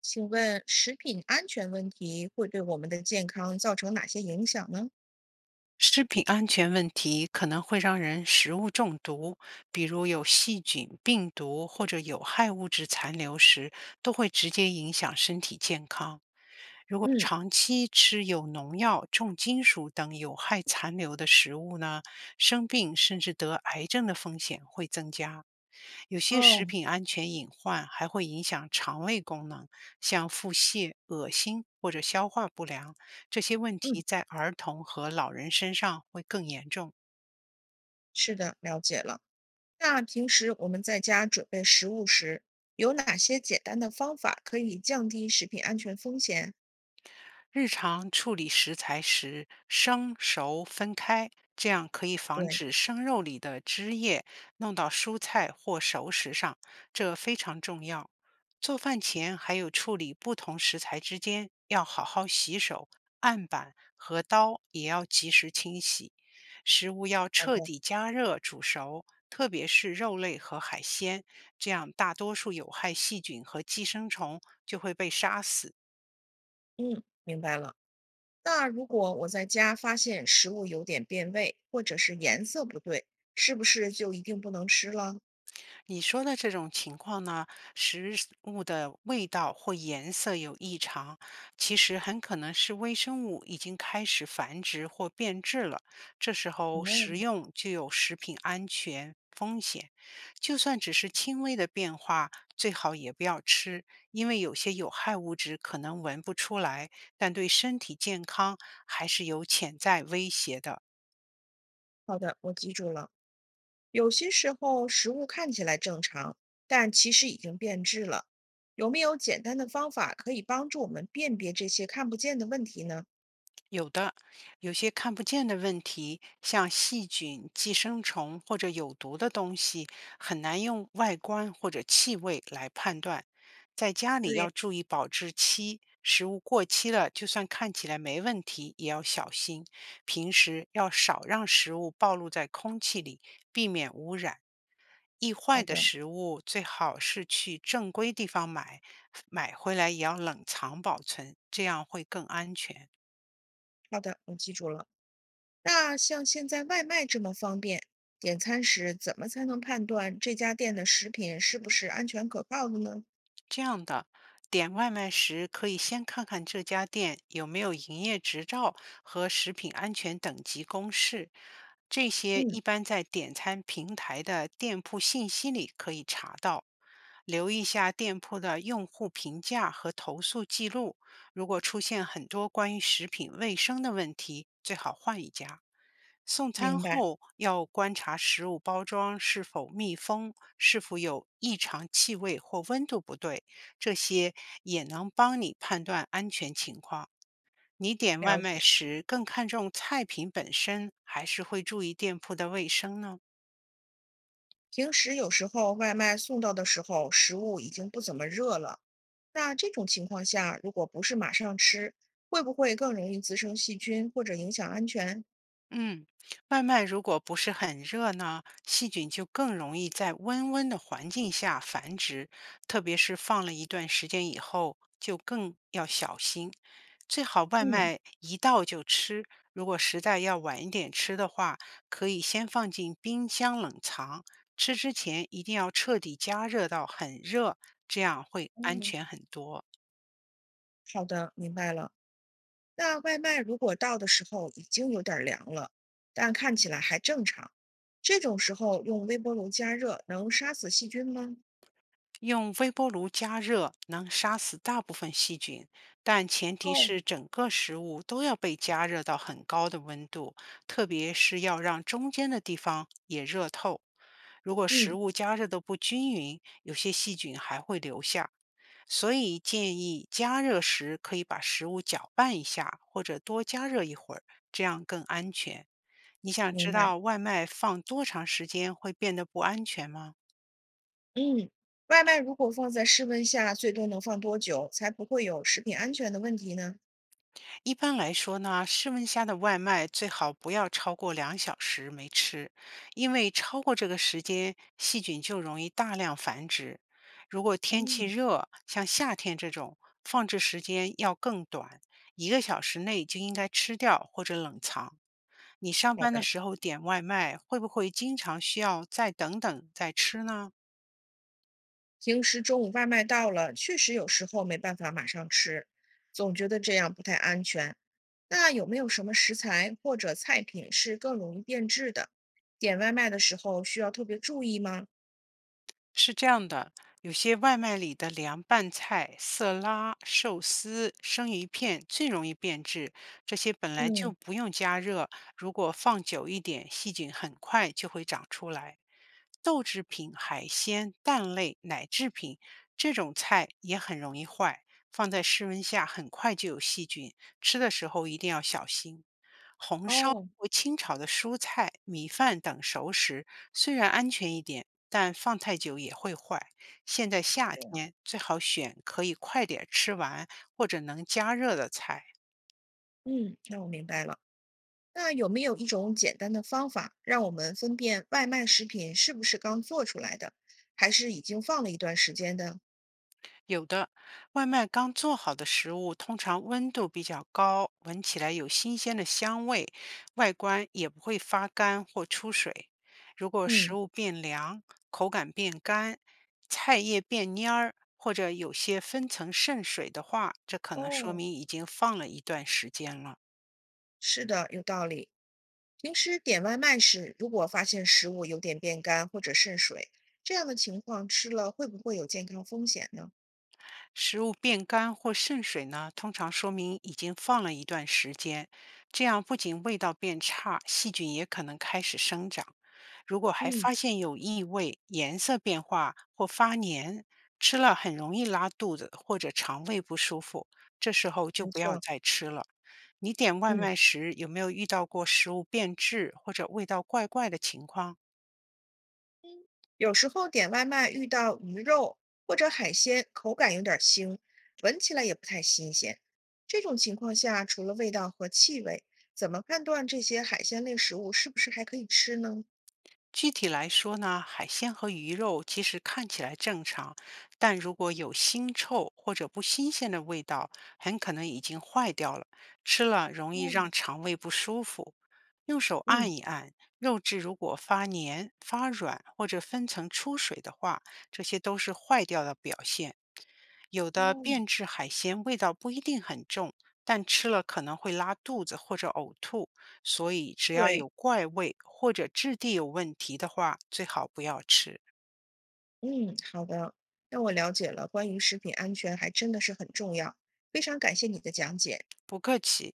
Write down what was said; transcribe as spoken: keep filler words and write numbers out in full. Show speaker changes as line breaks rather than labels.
请问食品安全问题会对我们的健康造成哪些影响呢？
食品安全问题可能会让人食物中毒，比如有细菌、病毒或者有害物质残留时，都会直接影响身体健康。如果
嗯，
长期吃有农药、重金属等有害残留的食物呢，生病甚至得癌症的风险会增加。有些食
哦，
品安全隐患还会影响肠胃功能，像腹泻、恶心或者消化不良。这些问
嗯，
题在儿童和老人身上会更严重。
是的，了解了。那平时我们在家准备食物时，有哪些简单的方法可以降低食品安全风险？
日常处理食材时，生熟分开，这样可以防
对，
止生肉里的汁液弄到蔬菜或熟食上，这非常重要。做饭前还有处理不同食材之间要好好洗手，案板和刀也要及时清洗。食物要
好
彻
的，
底加热煮熟，特别是肉类和海鲜，这样大多数有害细菌和寄生虫就会被杀死。
嗯，明白了。那如果我在家发现食物有点变味，或者是颜色不对，是不是就一定不能吃了？
你说的这种情况呢，食物的味道或颜色有异常，其实很可能是微生物已经开始繁殖或变质了。这时候食
嗯，
用就有食品安全风险。就算只是轻微的变化，最好也不要吃，因为有些有害物质可能闻不出来，但对身体健康还是有潜在威胁的。
好的，我记住了。有些时候食物看起来正常，但其实已经变质了。有没有简单的方法可以帮助我们辨别这些看不见的问题呢？
有的，有些看不见的问题，像细菌、寄生虫或者有毒的东西，很难用外观或者气味来判断。在家里
对，
要注意保质期，食物过期了，就算看起来没问题，也要小心。平时要少让食物暴露在空气里，避免污染。易
好
坏的
的，
食物最好是去正规地方买，买回来也要冷藏保存，这样会更安全。
好的，我记住了。那像现在外卖这么方便，点餐时怎么才能判断这家店的食品是不是安全可靠的呢？
这样的，点外卖时可以先看看这家店有没有营业执照和食品安全等级公示，这些
嗯，
一般在点餐平台的店铺信息里可以查到。留意一下店铺的用户评价和投诉记录，如果出现很多关于食品卫生的问题，最好换一家。送
明
餐
白，
后要观察食物包装是否密封，是否有异常气味或温度不对，这些也能帮你判断安全情况。你点外
了解。
卖时更看重菜品本身，还是会注意店铺的卫生呢？
平时有时候外卖送到的时候，食物已经不怎么热了。那这种情况下，如果不是马上吃，会不会更容易滋生细菌或者影响安全？
嗯，外卖如果不是很热呢，细菌就更容易在温温的环境下繁殖，特别是放了一段时间以后，就更要小心。最好外
嗯，
卖一到就吃，如果实在要晚一点吃的话，可以先放进冰箱冷藏。吃之前一定要彻底加热到很热，这样会安
嗯，
全很多。
好的，明白了。那外卖如果到的时候已经有点儿凉了，但看起来还正常，这种时候用微波炉加热能杀死细菌吗？
用微波炉加热能杀死大部分细菌，但前提
哦，
是整个食物都要被加热到很高的温度，特别是要让中间的地方也热透。如果食
嗯，
物加热的不均匀，有些细菌还会留下。所以建议加热时可以把食物搅拌一下，或者多加热一会儿，这样更安全。你想
明
知
白。
道外卖放多长时间会变得不安全吗？
嗯，外卖如果放在室温下，最多能放多久才不会有食品安全的问题呢？
一般来说呢，室温下的外卖最好不要超过两小时没吃，因为超过这个时间，细菌就容易大量繁殖。如果天气
哦，
热，像夏天这种，放置时间要更短，一个小时内就应该吃掉或者冷藏。你上
好
班的
的。
时候点外卖，会不会经常需要再等等再吃呢？
平时中午外卖到了，确实有时候没办法马上吃，总觉得这样不太安全。那有没有什么食材或者菜品是更容易变质的？点外卖的时候需要特别注意吗？
是这样的，有些外卖里的凉拌菜、色拉、寿司、生鱼片最容易变质，这些本来就
嗯，
不用加热，如果放久一点，细菌很快就会长出来。豆制品、海鲜、蛋类、奶制品这种菜也很容易坏，放在室温下很快就有细菌，吃的时候一定要小心。
哦，
我清炒的蔬菜、米饭等熟食，虽然安全一点，但放太久也会坏。现在夏
这样，
天最好选可以快点吃完或者能加热的菜。
嗯，那我明白了。那有没有一种简单的方法，让我们分辨外卖食品是不是刚做出来的，还是已经放了一段时间的？
有的，外卖刚做好的食物通常温度比较高，闻起来有新鲜的香味，外观也不会发干或出水。如果食
嗯，
物变凉，口感变干，菜叶变蔫儿，或者有些分层渗水的话，这可能说
哦，
明已经放了一段时间了。
是的，有道理。平时点外卖时，如果发现食物有点变干或者渗水，这样的情况吃了会不会有健康风险呢？
食物变干或渗水呢，通常说明已经放了一段时间，这样不仅味道变差，细菌也可能开始生长。如果还
嗯，
发现有异味、颜色变化或发黏，吃了很容易拉肚子或者肠胃不舒服，这时候就
没
不要
错，
再吃了。你点外
嗯，
卖时有没有遇到过食物变质或者味道怪怪的情况？
有时候点外卖遇到鱼肉或者海鲜，口感有点腥，闻起来也不太新鲜。这种情况下，除了味道和气味，怎么判断这些海鲜类食物是不是还可以吃呢？
具体来说呢，海鲜和鱼肉其实看起来正常，但如果有腥臭或者不新鲜的味道，很可能已经坏掉了，吃了容易
嗯
让肠胃不舒服。用手按
嗯，
一按，肉质如果发黏、发软或者分层出水的话，这些都是坏掉的表现。有的
嗯，
变质海鲜味道不一定很重，但吃了可能会拉肚子或者呕吐。所以只要
对，
有怪味或者质地有问题的话，最好不要吃。
嗯，好的，那我了解了，关于食品安全还真的是很重要，非常感谢你的讲解。
不客气。